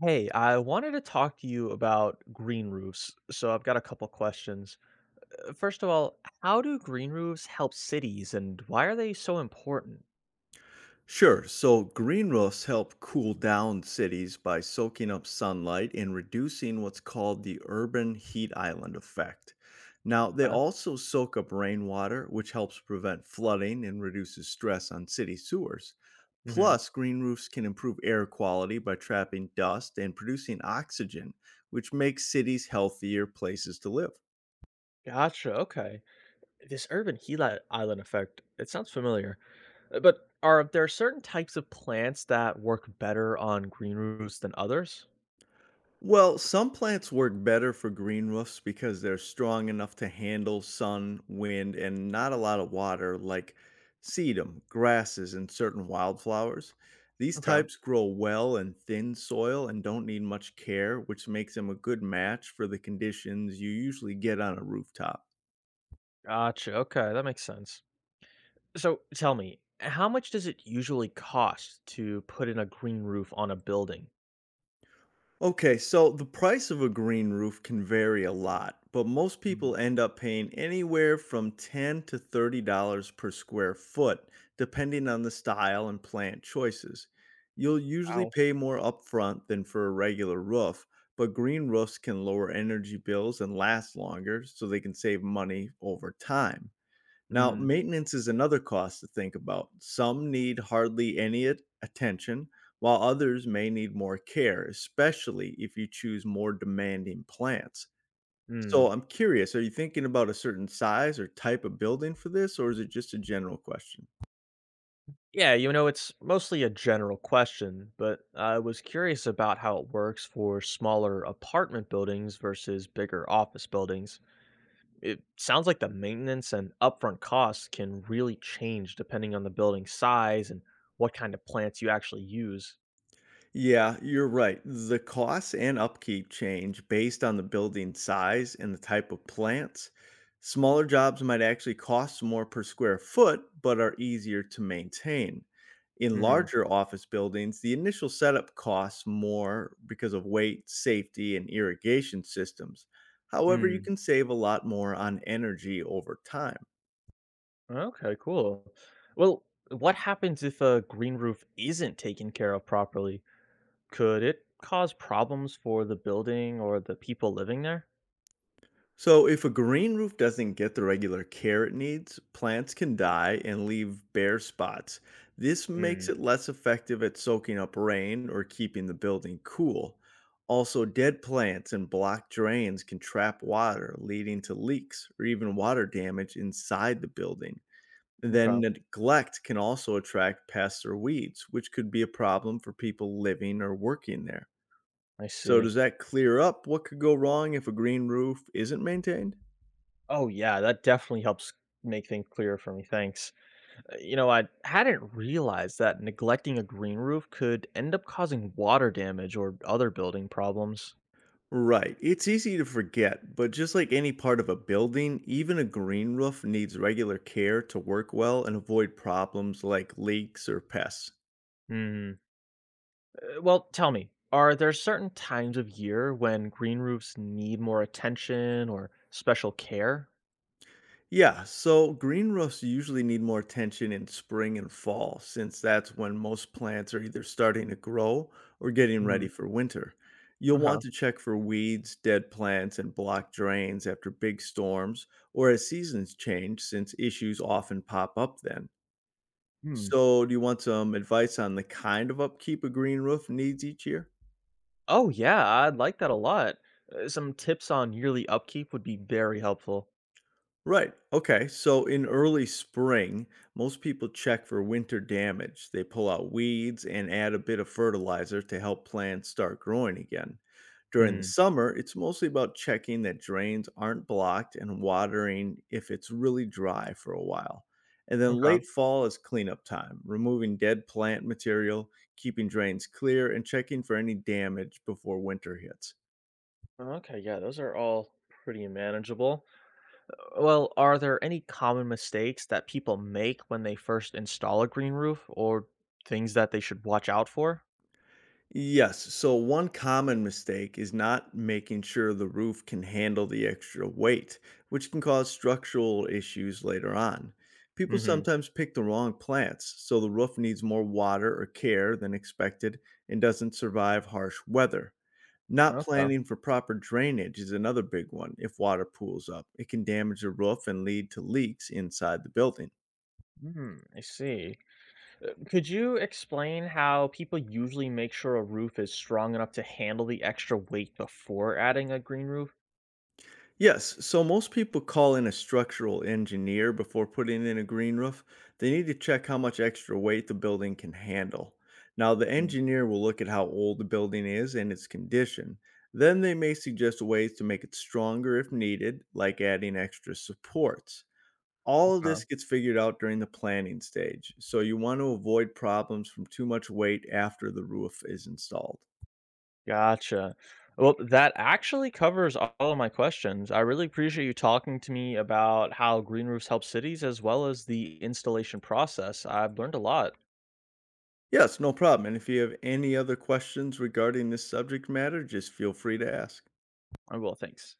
Hey, I wanted to talk to you about green roofs. So I've got a couple questions. First of all, how do green roofs help cities and why are they so important? Sure. So green roofs help cool down cities by soaking up sunlight and reducing what's called the urban heat island effect. Now, they Okay. also soak up rainwater, which helps prevent flooding and reduces stress on city sewers. hmm Plus, green roofs can improve air quality by trapping dust and producing oxygen, which makes cities healthier places to live. Gotcha. Okay. This urban island effect, it sounds familiar. But are there certain types of plants that work better on green roofs than others? Well, some plants work better for green roofs because they're strong enough to handle sun, wind, and not a lot of water, like sedum, grasses, and certain wildflowers. These Okay. types grow well in thin soil and don't need much care, which makes them a good match for the conditions you usually get on a rooftop. Gotcha. Okay. That makes sense. So tell me, how much does it usually cost to put in a green roof on a building? Okay, so the price of a green roof can vary a lot, but most Mm, people end up paying anywhere from $10 to $30 per square foot, depending on the style and plant choices. You'll usually Wow. pay more upfront than for a regular roof, but green roofs can lower energy bills and last longer, so they can save money over time. Now, Mhm. maintenance is another cost to think about. Some need hardly any attention, while others may need more care, especially if you choose more demanding plants. So, mm. I'm curious, are you thinking about a certain size or type of building for this, or is it just a general question? Yeah, you know, it's mostly a general question, but I was curious about how it works for smaller apartment buildings versus bigger office buildings. It sounds like the maintenance and upfront costs can really change depending on the building size and what kind of plants you actually use. Yeah, you're right. The costs and upkeep change based on the building size and the type of plants. Smaller jobs might actually cost more per square foot, but are easier to maintain. In hmm larger office buildings, the initial setup costs more because of weight, safety, and irrigation systems. However, you Mm. can save a lot more on energy over time. Okay, cool. Well, what happens if a green roof isn't taken care of properly? Could it cause problems for the building or the people living there? So, if a green roof doesn't get the regular care it needs, plants can die and leave bare spots. This Mm, makes it less effective at soaking up rain or keeping the building cool. Also, dead plants and blocked drains can trap water, leading to leaks or even water damage inside the building. Then, okay, neglect can also attract pests or weeds, which could be a problem for people living or working there. I So, see. does that clear up what could go wrong if a green roof isn't maintained? Oh yeah, that definitely helps make things clearer for me. Thanks. You know, I hadn't realized that neglecting a green roof could end up causing water damage or other building problems. Right. It's easy to forget, but just like any part of a building, even a green roof needs regular care to work well and avoid problems like leaks or pests. Hmm. Well, tell me, are there certain times of year when green roofs need more attention or special care? Yeah, so green roofs usually need more attention in spring and fall, since that's when most plants are either starting to grow or getting Hmm. ready for winter. You'll Okay. want to check for weeds, dead plants, and blocked drains after big storms or as seasons change, since issues often pop up then. Hmm. So, do you want some advice on the kind of upkeep a green roof needs each year? Oh yeah, I'd like that a lot. Some tips on yearly upkeep would be very helpful. Right. Okay. So in early spring, most people check for winter damage. They pull out weeds and add a bit of fertilizer to help plants start growing again. During the Hmm. summer, it's mostly about checking that drains aren't blocked and watering if it's really dry for a while. And then Okay. late fall is cleanup time, removing dead plant material, keeping drains clear, and checking for any damage before winter hits. Okay, yeah, those are all pretty manageable. Well, are there any common mistakes that people make when they first install a green roof or things that they should watch out for? Yes. So one common mistake is not making sure the roof can handle the extra weight, which can cause structural issues later on. People Mm-hmm. sometimes pick the wrong plants, so the roof needs more water or care than expected and doesn't survive harsh weather. Not Okay. planning for proper drainage is another big one. If water pools up, it can damage the roof and lead to leaks inside the building. Hmm, I see. Could you explain how people usually make sure a roof is strong enough to handle the extra weight before adding a green roof? Yes, so most people call in a structural engineer before putting in a green roof. They need to check how much extra weight the building can handle. Now, the engineer will look at how old the building is and its condition. Then they may suggest ways to make it stronger if needed, like adding extra supports. All of this Mhm. gets figured out during the planning stage, so you want to avoid problems from too much weight after the roof is installed. Gotcha. Well, that actually covers all of my questions. I really appreciate you talking to me about how green roofs help cities as well as the installation process. I've learned a lot. Yes, no problem. And if you have any other questions regarding this subject matter, just feel free to ask. Oh, well, thanks.